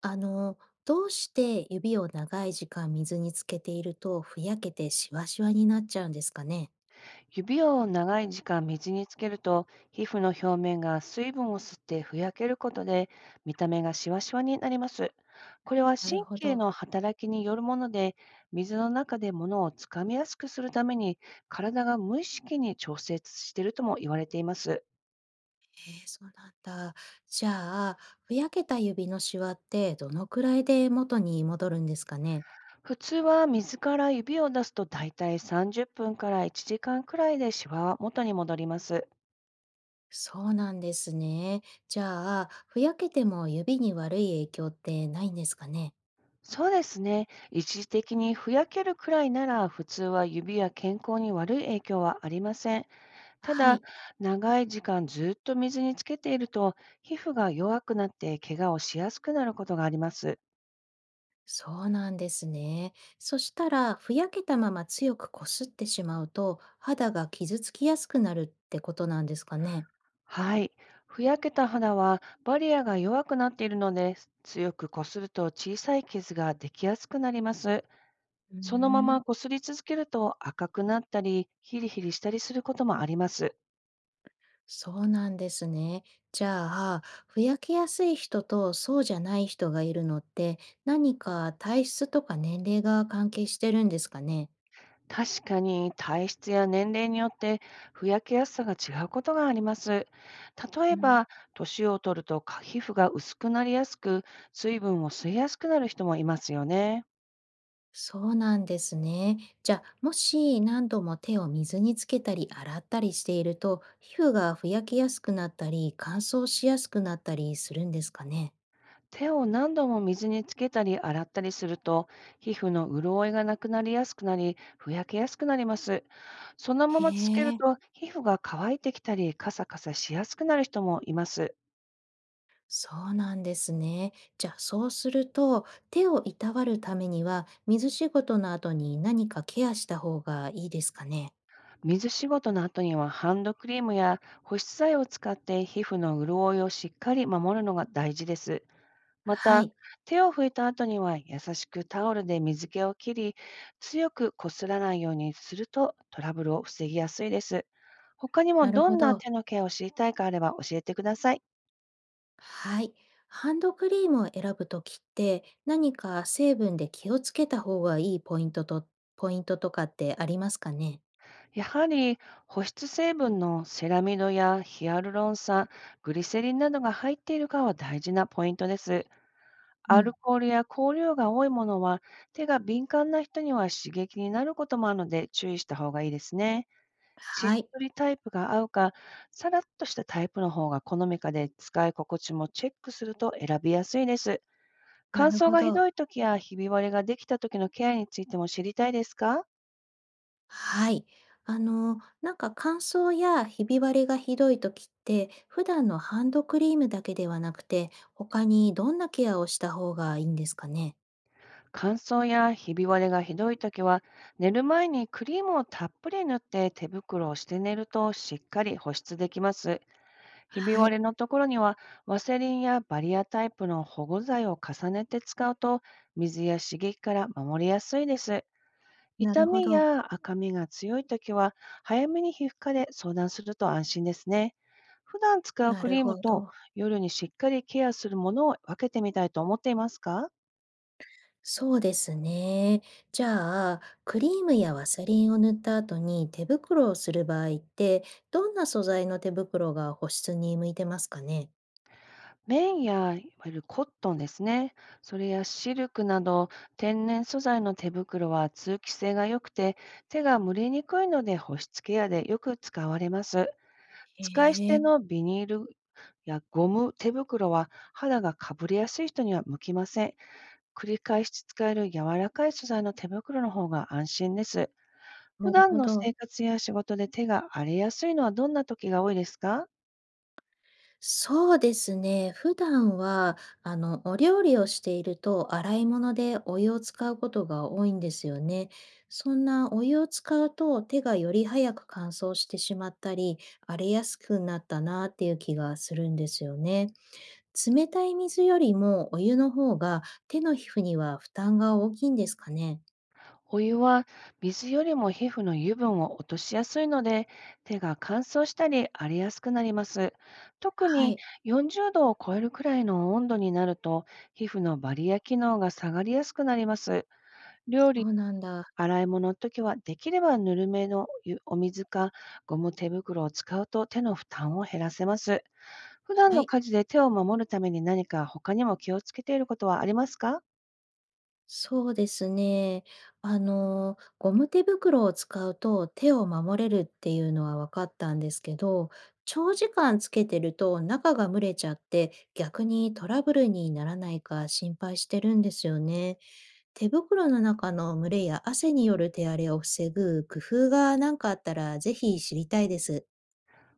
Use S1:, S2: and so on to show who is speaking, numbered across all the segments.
S1: あの、どうして指を長い時間水につけているとふやけてシワシワになっちゃうんですかね。
S2: 指を長い時間水につけると、皮膚の表面が水分を吸ってふやけることで、見た目がシワシワになります。これは
S1: なる
S2: 神
S1: ほ
S2: 経
S1: ど。
S2: の働きによるもので、水の中で物をつかみやすくするために、体が無意識に調節しているとも言われています。
S1: えーそうなんだ。じゃあ、ふやけた指のシワってどのくらいで元に戻るんですかね。
S2: 普通は水から指を出すとだいたい30分から1時間くらいでシワは元に戻ります。
S1: そうなんですね。じゃあ、ふやけても指に悪い影響ってないんですかね。
S2: そうですね。一時的にふやけるくらいなら、普通は指や健康に悪い影響はありません。た
S1: は
S2: だ、
S1: い。
S2: 長い時間ずっと水につけていると、皮膚が弱くなって怪我をしやすくなることがあります。
S1: そうなんですね。そしたら、ふやけたまま強くこすってしまうと、肌が傷つきやすくなるってことなんですかね。
S2: はい。ふやけた肌はバリアが弱くなっているので、強くこすると小さい傷ができやすくなります。
S1: うー
S2: そのまま
S1: ん、
S2: こすり続けると赤くなったり、ヒリヒリしたりすることもあります。
S1: そうなんですね。じゃあ、ふやけやすい人とそうじゃない人がいるのって、何か体質とか年齢が関係してるんですかね。
S2: 確かに体質や年齢によってふやけやすさが違うことがあります。例えば、年を取ると皮膚が薄くなりやすく、水分を吸いやすくなる人もいますよね。
S1: そうなんですね。じゃあ、もし何度も手を水につけたり洗ったりしていると、皮膚がふやけやすくなったり、乾燥しやすくなったりするんですかね。
S2: 手を何度も水につけたり洗ったりすると、皮膚の潤いがなくなりやすくなり、ふやけやすくなります。そのま
S1: へ
S2: まつける
S1: え、
S2: と、皮膚が乾いてきたり、カサカサしやすくなる人もいます。
S1: そうなんですね。じゃあ、そうすると、手をいたわるためには、水仕事の後に何かケアした方がいいですかね。
S2: 水仕事の後にはハンドクリームや保湿剤を使って皮膚の潤いをしっかり守るのが大事です。ま
S1: は
S2: た、
S1: い、
S2: 手を拭いた後には優しくタオルで水気を切り、強くこすらないようにするとトラブルを防ぎやすいです。他に
S1: な
S2: も
S1: る
S2: ど
S1: ほ
S2: んな
S1: ど。
S2: 手のケアを知りたいかあれば教えてください。
S1: はい。ハンドクリームを選ぶときって何か成分で気をつけた方がいいポイントと、ポイントとかってありますかね。
S2: やはり保湿成分のセラミドやヒアルロン酸、グリセリンなどが入っているかは大事なポイントです。
S1: う
S2: アル
S1: ん。
S2: コールや香料が多いものは、手が敏感な人には刺激になることもあるので注意した方がいいですね。しっ
S1: はい。
S2: とりタイプが合うか、さらっとしたタイプの方が好みかで、使い心地もチェックすると選びやすいです。乾
S1: なる
S2: 燥
S1: ほ
S2: がひど
S1: ど。
S2: い時やひび割れができた時のケアについても知りたいですか？
S1: はい。なんか乾燥やひび割れがひどいときって、普段のハンドクリームだけではなくて、他にどんなケアをした方がいいんですかね
S2: 乾燥やひび割れがひどい時は、寝る前にクリームをたっぷり塗って手袋をして寝るとしっかり保湿できます。ひび
S1: は
S2: 割
S1: い。
S2: れのところにはワセリンやバリアタイプの保護剤を重ねて使うと水や刺激から守りやすいです。
S1: な
S2: 痛
S1: るほ
S2: み
S1: ど。
S2: や赤みが強いときは早めに皮膚科で相談すると安心ですね。普段使う
S1: な
S2: ク
S1: る
S2: リーム
S1: ほ
S2: と
S1: ど。
S2: 夜にしっかりケアするものを分けてみたいと思っていますか？
S1: そうですね。じゃあ、クリームやワセリンを塗った後に手袋をする場合って、どんな素材の手袋が保湿に向いてますかね
S2: 綿や、いわゆるコットンですね。それやシルクなど、天然素材の手袋は通気性が良くて、手が蒸れにくいので保湿ケアでよく使われます。
S1: へ
S2: 使い捨て
S1: え、
S2: のビニールやゴム手袋は肌がかぶれやすい人には向きません。繰り返し使える柔らかい素材の手袋の方が安心です。普
S1: なる
S2: 段
S1: ほ
S2: の
S1: ど。
S2: 生活や仕事で手が荒れやすいのはどんな時が多いですか？
S1: そうですね。普段は、お料理をしていると、洗い物でお湯を使うことが多いんですよね。そんなお湯を使うと、手がより早く乾燥してしまったり、荒れやすくなったっていう気がするんですよね。冷たい水よりもお湯の方が手の皮膚には負担が大きいんですかね？
S2: お湯は水よりも皮膚の油分を落としやすいので、手が乾燥したり荒れやすくなります。特
S1: は
S2: に
S1: い、
S2: 40度を超えるくらいの温度になると、皮膚のバリア機能が下がりやすくなります。料
S1: そ
S2: 理、
S1: うなんだ。
S2: 洗い物の時は、できればぬるめの湯お水かゴム手袋を使うと手の負担を減らせます。普段
S1: は
S2: の
S1: い、
S2: 家事で手を守るために何か他にも気をつけていることはありますか？
S1: そうですね。ゴム手袋を使うと手を守れるっていうのは分かったんですけど、長時間つけてると中が蒸れちゃって、逆にトラブルにならないか心配してるんですよね。手袋の中の蒸れや汗による手荒れを防ぐ工夫が何かあったら、ぜひ知りたいです。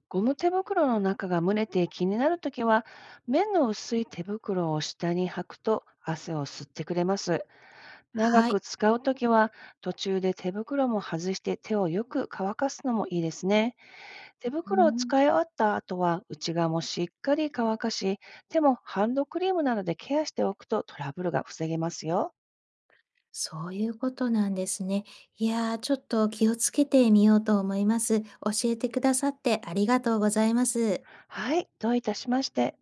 S2: ゴム手袋の中が蒸れて気になるときは、面の薄い手袋を下に履くと汗を吸ってくれます。長
S1: は
S2: く
S1: い。
S2: 使うときは、途中で手袋も外して手をよく乾かすのもいいですね。手
S1: うー
S2: 袋を
S1: ん、
S2: 使い終わった後は、内側もしっかり乾かし、手もハンドクリームなどでケアしておくとトラブルが防げますよ。
S1: そういうことなんですね。いやー、ちょっと気をつけてみようと思います。教えてくださってありがとうございます。
S2: はい、どういたしまして。